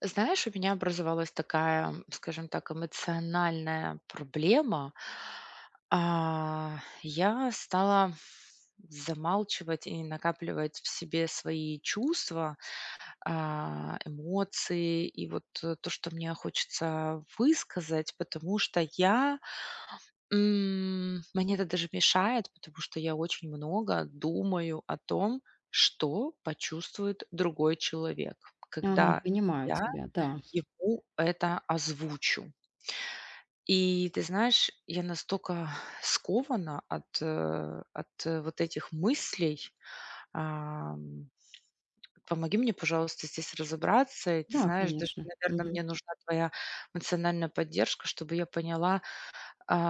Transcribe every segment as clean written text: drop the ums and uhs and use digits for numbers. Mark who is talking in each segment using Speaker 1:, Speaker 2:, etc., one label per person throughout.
Speaker 1: Знаешь, у меня образовалась такая, скажем так, эмоциональная проблема. Я стала замалчивать и накапливать в себе свои чувства, эмоции и вот, то, что мне хочется высказать, потому что мне это даже мешает, потому что я очень много думаю о том, что почувствует другой человек,
Speaker 2: Ага,
Speaker 1: когда
Speaker 2: понимаю
Speaker 1: я
Speaker 2: тебя, да.
Speaker 1: ему это озвучу. И ты знаешь, я настолько скована от вот этих мыслей. Ам, помоги мне, пожалуйста, здесь разобраться. И ты
Speaker 2: Да,
Speaker 1: знаешь, даже,
Speaker 2: конечно.
Speaker 1: наверное,
Speaker 2: Мгм.
Speaker 1: мне нужна твоя эмоциональная поддержка, чтобы я поняла,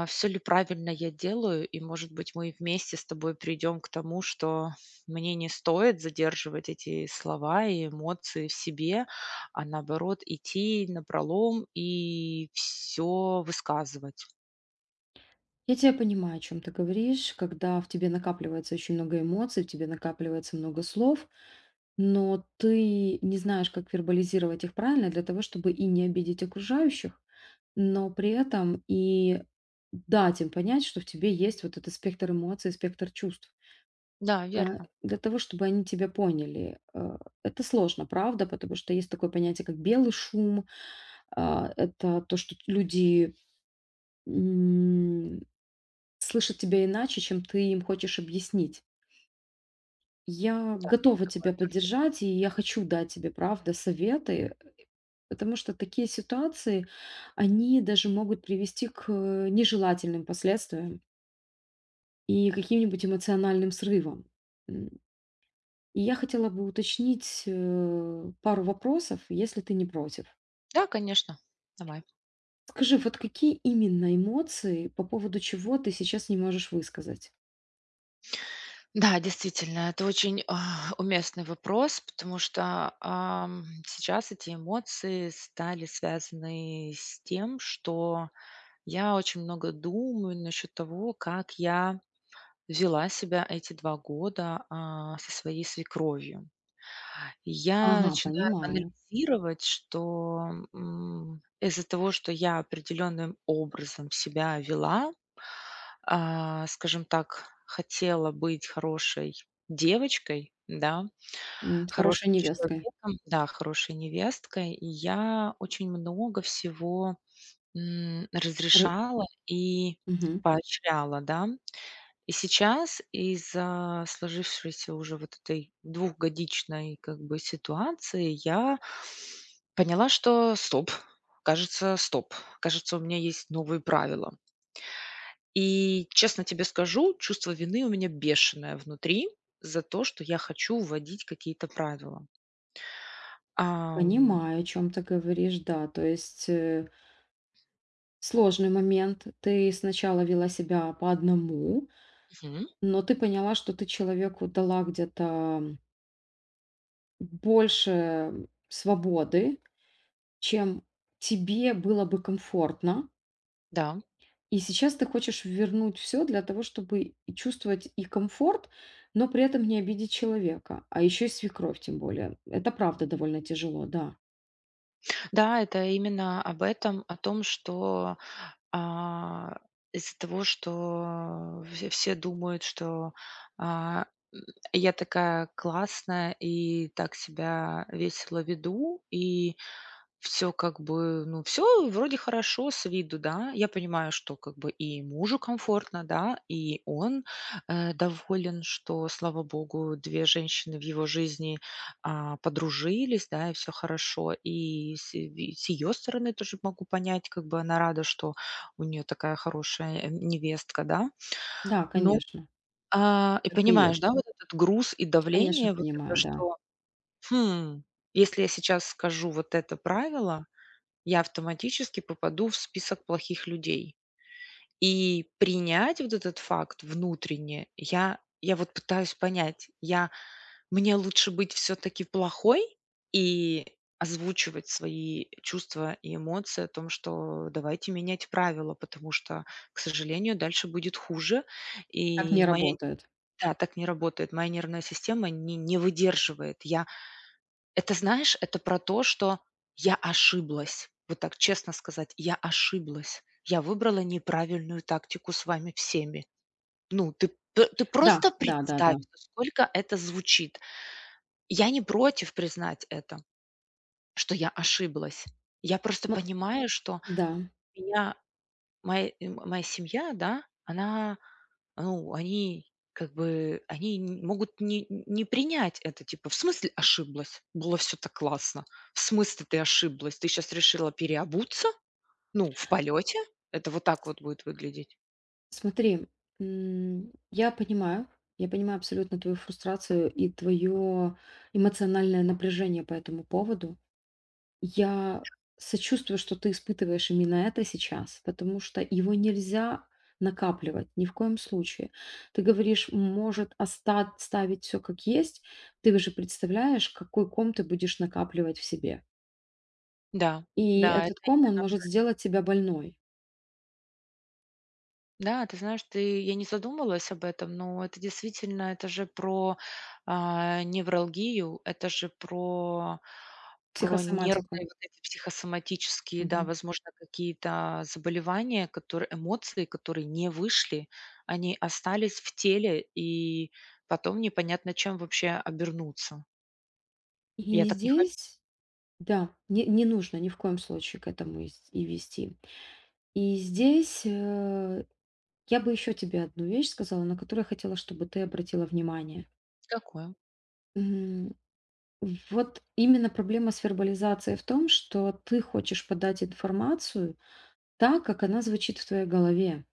Speaker 1: все ли правильно я делаю, и, может быть, мы вместе с тобой придем к тому, что мне не стоит задерживать эти слова и эмоции в себе, а наоборот идти напролом и все высказывать.
Speaker 2: Я тебя понимаю, о чем ты говоришь, когда в тебе накапливается очень много эмоций, в тебе накапливается много слов, но ты не знаешь, как вербализировать их правильно для того, чтобы и не обидеть окружающих, но при этом и дать им понять, что в тебе есть вот этот спектр эмоций, спектр чувств.
Speaker 1: Да, верно.
Speaker 2: Для того, чтобы они тебя поняли. Это сложно, правда, потому что есть такое понятие, как белый шум, это то, что люди м, слышат тебя иначе, чем ты им хочешь объяснить. Я
Speaker 1: Да,
Speaker 2: готова
Speaker 1: такое
Speaker 2: тебя
Speaker 1: тоже есть.
Speaker 2: поддержать, и я хочу дать тебе, правда, советы, потому что такие ситуации, они даже могут привести к нежелательным последствиям и каким-нибудь эмоциональным срывам. М, И я хотела бы уточнить пару вопросов, если ты не против.
Speaker 1: Да, конечно. Давай.
Speaker 2: Скажи, вот какие именно эмоции, по поводу чего ты сейчас не можешь высказать?
Speaker 1: Да, действительно, это очень, уместный вопрос, потому что, сейчас эти эмоции стали связаны с тем, что я очень много думаю насчет того, как я вела себя эти 2 года, со своей свекровью. Я
Speaker 2: Ага,
Speaker 1: начинаю
Speaker 2: понимаю.
Speaker 1: анализировать, что, из-за того, что я определенным образом себя вела, скажем так, хотела быть хорошей девочкой, да, хорошим
Speaker 2: Хорошая невестка.
Speaker 1: человеком, да, хорошей невесткой, и я очень много всего
Speaker 2: Р
Speaker 1: разрешала и
Speaker 2: мгм.
Speaker 1: поощряла, да. И сейчас из-за сложившейся уже вот этой двухгодичной как бы ситуации я поняла, что стоп, кажется, у меня есть новые правила. И честно тебе скажу, чувство вины у меня бешеное внутри за то, что я хочу вводить какие-то правила. Ам,
Speaker 2: Понимаю, о чем ты говоришь, да. То есть, сложный момент. Ты сначала вела себя по одному,
Speaker 1: мгм,
Speaker 2: но ты поняла, что ты человеку дала где-то больше свободы, чем тебе было бы комфортно.
Speaker 1: да,
Speaker 2: И сейчас ты хочешь вернуть все для того, чтобы и чувствовать и комфорт, но при этом не обидеть человека, а ещё и свекровь тем более. Это правда довольно тяжело, да.
Speaker 1: да, это именно об этом, о том, что А, из-за того, что все думают, что, а, м, я такая классная и так себя весело веду, и все как бы, ну, все вроде хорошо с виду, да. Я понимаю, что как бы и мужу комфортно, да, и он, доволен, что, слава богу, 2 женщины в его жизни, подружились, да, и все хорошо. И с ее стороны тоже могу понять, как бы она рада, что у нее такая хорошая, невестка, да.
Speaker 2: Да,
Speaker 1: ну
Speaker 2: конечно,
Speaker 1: а, и
Speaker 2: так и
Speaker 1: понимаешь,
Speaker 2: есть.
Speaker 1: да, вот этот груз и
Speaker 2: Конечно,
Speaker 1: давление, вот это,
Speaker 2: понимаю, да.
Speaker 1: что: «Хм, если я сейчас скажу вот это правило, я автоматически попаду в список плохих людей. И принять вот этот факт внутренне, я вот пытаюсь понять, я мне лучше быть все таки плохой и озвучивать свои чувства и эмоции о том, что давайте менять правила, потому что, к сожалению, дальше будет хуже.
Speaker 2: Как
Speaker 1: И
Speaker 2: не
Speaker 1: моя
Speaker 2: работает.
Speaker 1: Да, так не работает. Моя нервная система не выдерживает. Знаешь, это про то, что я ошиблась. Вот так честно сказать, я ошиблась. Я выбрала неправильную тактику с вами всеми. Ну, ты просто
Speaker 2: Да, да, да,
Speaker 1: представь,
Speaker 2: да.
Speaker 1: сколько это звучит. Я не против признать это, что я ошиблась. Я просто
Speaker 2: Смо
Speaker 1: понимаю, что
Speaker 2: да.
Speaker 1: меня моя, э, м моя семья, да, она ну, они как бы, они н могут не принять это, типа: «В смысле ошиблась? Было все так классно. В смысле ты ошиблась? Ты сейчас решила переобуться? Ну, в полете, это вот так вот будет выглядеть».
Speaker 2: Смотри, м, я понимаю, я понимаю абсолютно твою фрустрацию и твое эмоциональное напряжение по этому поводу. Я сочувствую, что ты испытываешь именно это сейчас, потому что его нельзя накапливать ни в коем случае. Ты говоришь, может оставить все как есть. Ты же представляешь, какой ком ты будешь накапливать в себе.
Speaker 1: Да,
Speaker 2: И
Speaker 1: да, это
Speaker 2: этот ком, он
Speaker 1: именно
Speaker 2: может сделать тебя больной,
Speaker 1: Да, ты знаешь, ты я не задумывалась об этом, но это действительно, это же про невралгию, это же про нервные
Speaker 2: психосоматику.
Speaker 1: вот эти психосоматические, да,
Speaker 2: Мгм.
Speaker 1: возможно, какие-то заболевания, которые эмоции, которые не вышли, они остались в теле, и потом непонятно, чем вообще обернуться. Я
Speaker 2: И
Speaker 1: так не хочу
Speaker 2: здесь, да, не нужно ни в коем случае к этому и вести. И здесь я бы еще тебе одну вещь сказала, на которую я хотела, чтобы ты обратила внимание.
Speaker 1: быть такой.
Speaker 2: М, Вот именно проблема с вербализацией в том, что ты хочешь подать информацию так, как она звучит в твоей голове.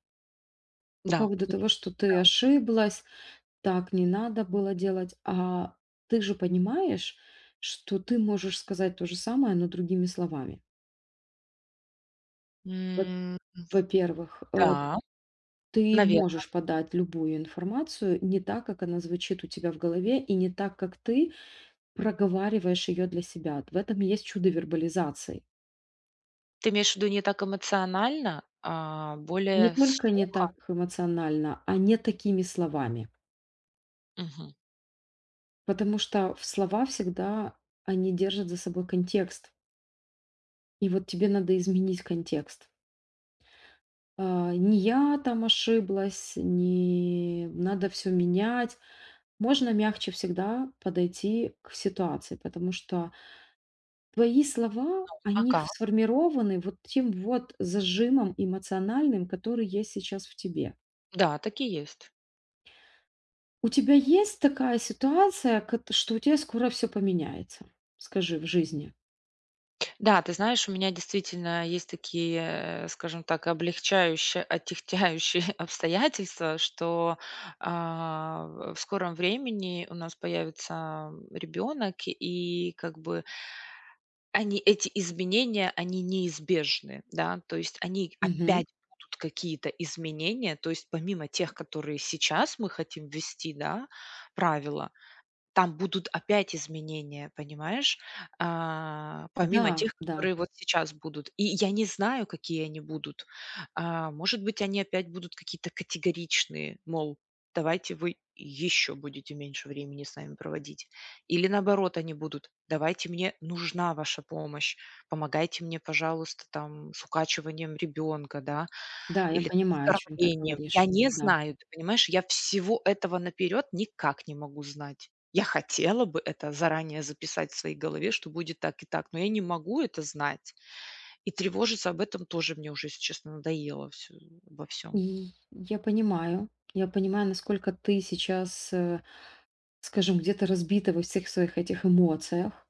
Speaker 2: По
Speaker 1: Да,
Speaker 2: поводу того, что ты
Speaker 1: да.
Speaker 2: ошиблась, так не надо было делать. А ты же понимаешь, что ты можешь сказать то же самое, но другими словами. Во-
Speaker 1: М,
Speaker 2: Во-первых,
Speaker 1: да,
Speaker 2: ты
Speaker 1: навер
Speaker 2: можешь подать любую информацию не так, как она звучит у тебя в голове, и не так, как ты проговариваешь ее для себя. В этом и есть чудо вербализации.
Speaker 1: ты имеешь в виду не так эмоционально, а
Speaker 2: Не
Speaker 1: более
Speaker 2: только не
Speaker 1: сухо?
Speaker 2: так эмоционально, а не такими словами.
Speaker 1: Мгм.
Speaker 2: Потому что в слова всегда они держат за собой контекст. И вот тебе надо изменить контекст. Не я там ошиблась, не надо все менять. Можно мягче всегда подойти к ситуации, потому что твои слова, они
Speaker 1: Ага.
Speaker 2: сформированы вот тем вот зажимом эмоциональным, который есть сейчас в тебе.
Speaker 1: Да, такие есть.
Speaker 2: У тебя есть такая ситуация, что у тебя скоро все поменяется, скажи, в жизни?
Speaker 1: Да, ты знаешь, у меня действительно есть такие, скажем так, облегчающие, отягчающие обстоятельства, что, а, в скором времени у нас появится ребенок, и как бы Они эти изменения, они неизбежны, да, то есть они
Speaker 2: Мгм.
Speaker 1: опять будут какие-то изменения, то есть помимо тех, которые сейчас мы хотим ввести, да, правила, там будут опять изменения, понимаешь?
Speaker 2: Да,
Speaker 1: Помимо тех,
Speaker 2: да,
Speaker 1: которые вот сейчас будут. И я не знаю, какие они будут. Может быть, они опять будут какие-то категоричные, мол, давайте вы еще будете меньше времени с нами проводить. Или наоборот, они будут, давайте мне нужна ваша помощь, помогайте мне, пожалуйста, там, с укачиванием ребенка, да,
Speaker 2: да, я
Speaker 1: или с
Speaker 2: понимаю, о чем ты
Speaker 1: кормлением. Я
Speaker 2: говоришь.
Speaker 1: не
Speaker 2: Да.
Speaker 1: знаю, ты понимаешь, я всего этого наперед никак не могу знать. Я хотела бы это заранее записать в своей голове, что будет так и так, но я не могу это знать. И тревожиться об этом тоже мне уже, если честно, надоело всё, обо всем.
Speaker 2: И я понимаю, насколько ты сейчас скажем, где-то разбита во всех своих этих эмоциях,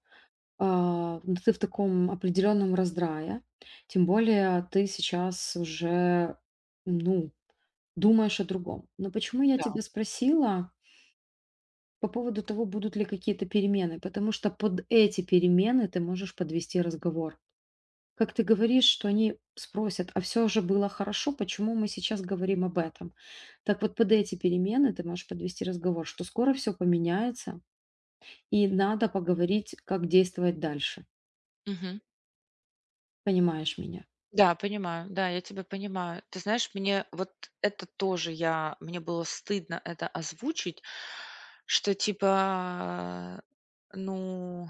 Speaker 2: ну, ты в таком определенном раздрае, тем более ты сейчас уже, ну, думаешь о другом. Но почему я
Speaker 1: Да.
Speaker 2: тебя спросила по поводу того, будут ли какие-то перемены? Потому что под эти перемены ты можешь подвести разговор. Как ты говоришь, что они спросят, а все же было хорошо, почему мы сейчас говорим об этом? Так вот, под эти перемены ты можешь подвести разговор, что скоро все поменяется, и надо поговорить, как действовать дальше.
Speaker 1: Мгм.
Speaker 2: Понимаешь меня?
Speaker 1: Да, понимаю. Да, я тебя понимаю. Ты знаешь, мне вот это тоже я мне было стыдно это озвучить, что типа, ну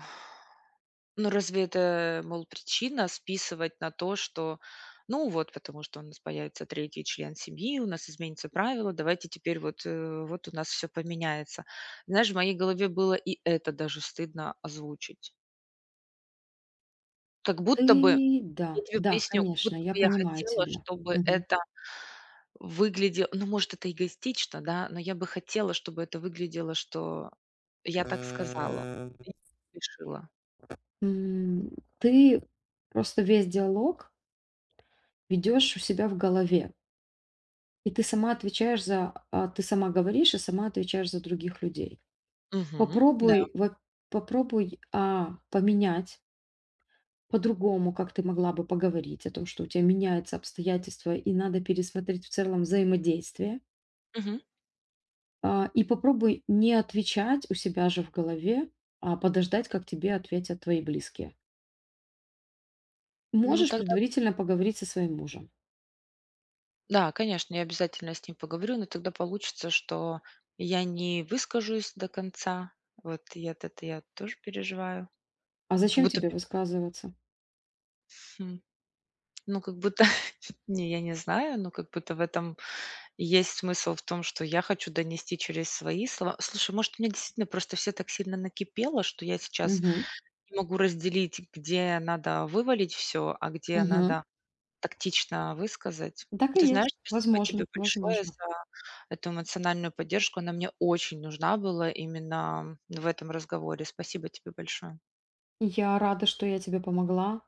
Speaker 1: Ну, разве это, мол, причина списывать на то, что, ну вот, потому что у нас появится третий член семьи, у нас изменится правило, давайте теперь вот у нас все поменяется. Знаешь, в моей голове было и это даже стыдно озвучить. Как
Speaker 2: Ты
Speaker 1: будто бы, я
Speaker 2: да,
Speaker 1: тебе
Speaker 2: да,
Speaker 1: поясню, как
Speaker 2: конечно,
Speaker 1: будто
Speaker 2: я
Speaker 1: бы я
Speaker 2: понимаю
Speaker 1: хотела,
Speaker 2: тебя.
Speaker 1: чтобы
Speaker 2: Мгм.
Speaker 1: это выглядело, ну, может, это эгоистично, да, но я бы хотела, чтобы это выглядело, что я так сказала, я так решила.
Speaker 2: М, Ты просто весь диалог ведешь у себя в голове, и ты сама отвечаешь за ты сама говоришь и сама отвечаешь за других людей.
Speaker 1: Мгм, да,
Speaker 2: Попробуй, во Попробуй, поменять по-другому, как ты могла бы поговорить о том, что у тебя меняются обстоятельства и надо пересмотреть в целом взаимодействие.
Speaker 1: мгм.
Speaker 2: И попробуй не отвечать у себя же в голове, а подождать, как тебе ответят твои близкие.
Speaker 1: Ну,
Speaker 2: Можешь
Speaker 1: тогда
Speaker 2: предварительно поговорить со своим мужем.
Speaker 1: Да, конечно, я обязательно с ним поговорю, но тогда получится, что я не выскажусь до конца. Вот и от это я тоже переживаю.
Speaker 2: А
Speaker 1: Как
Speaker 2: зачем
Speaker 1: будто
Speaker 2: тебе
Speaker 1: мне
Speaker 2: высказываться?
Speaker 1: хм, ну, как будто не, я не знаю, но как будто в этом есть смысл в том, что я хочу донести через свои слова. Слушай, может, у меня действительно просто все так сильно накипело, что я сейчас
Speaker 2: Мгм.
Speaker 1: не могу разделить, где надо вывалить все, а где
Speaker 2: Мгм.
Speaker 1: надо тактично высказать.
Speaker 2: Так и
Speaker 1: Ты
Speaker 2: есть.
Speaker 1: знаешь, спасибо тебе
Speaker 2: Возможно,
Speaker 1: большое
Speaker 2: возможно.
Speaker 1: за эту эмоциональную поддержку. Она мне очень нужна была именно в этом разговоре. Спасибо тебе большое.
Speaker 2: Я рада, что я тебе помогла.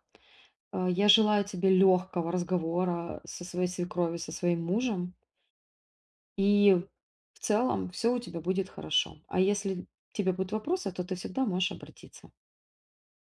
Speaker 2: Я желаю тебе легкого разговора со своей свекровью, со своим мужем. И в целом все у тебя будет хорошо. А если тебе будут вопросы, то ты всегда можешь обратиться.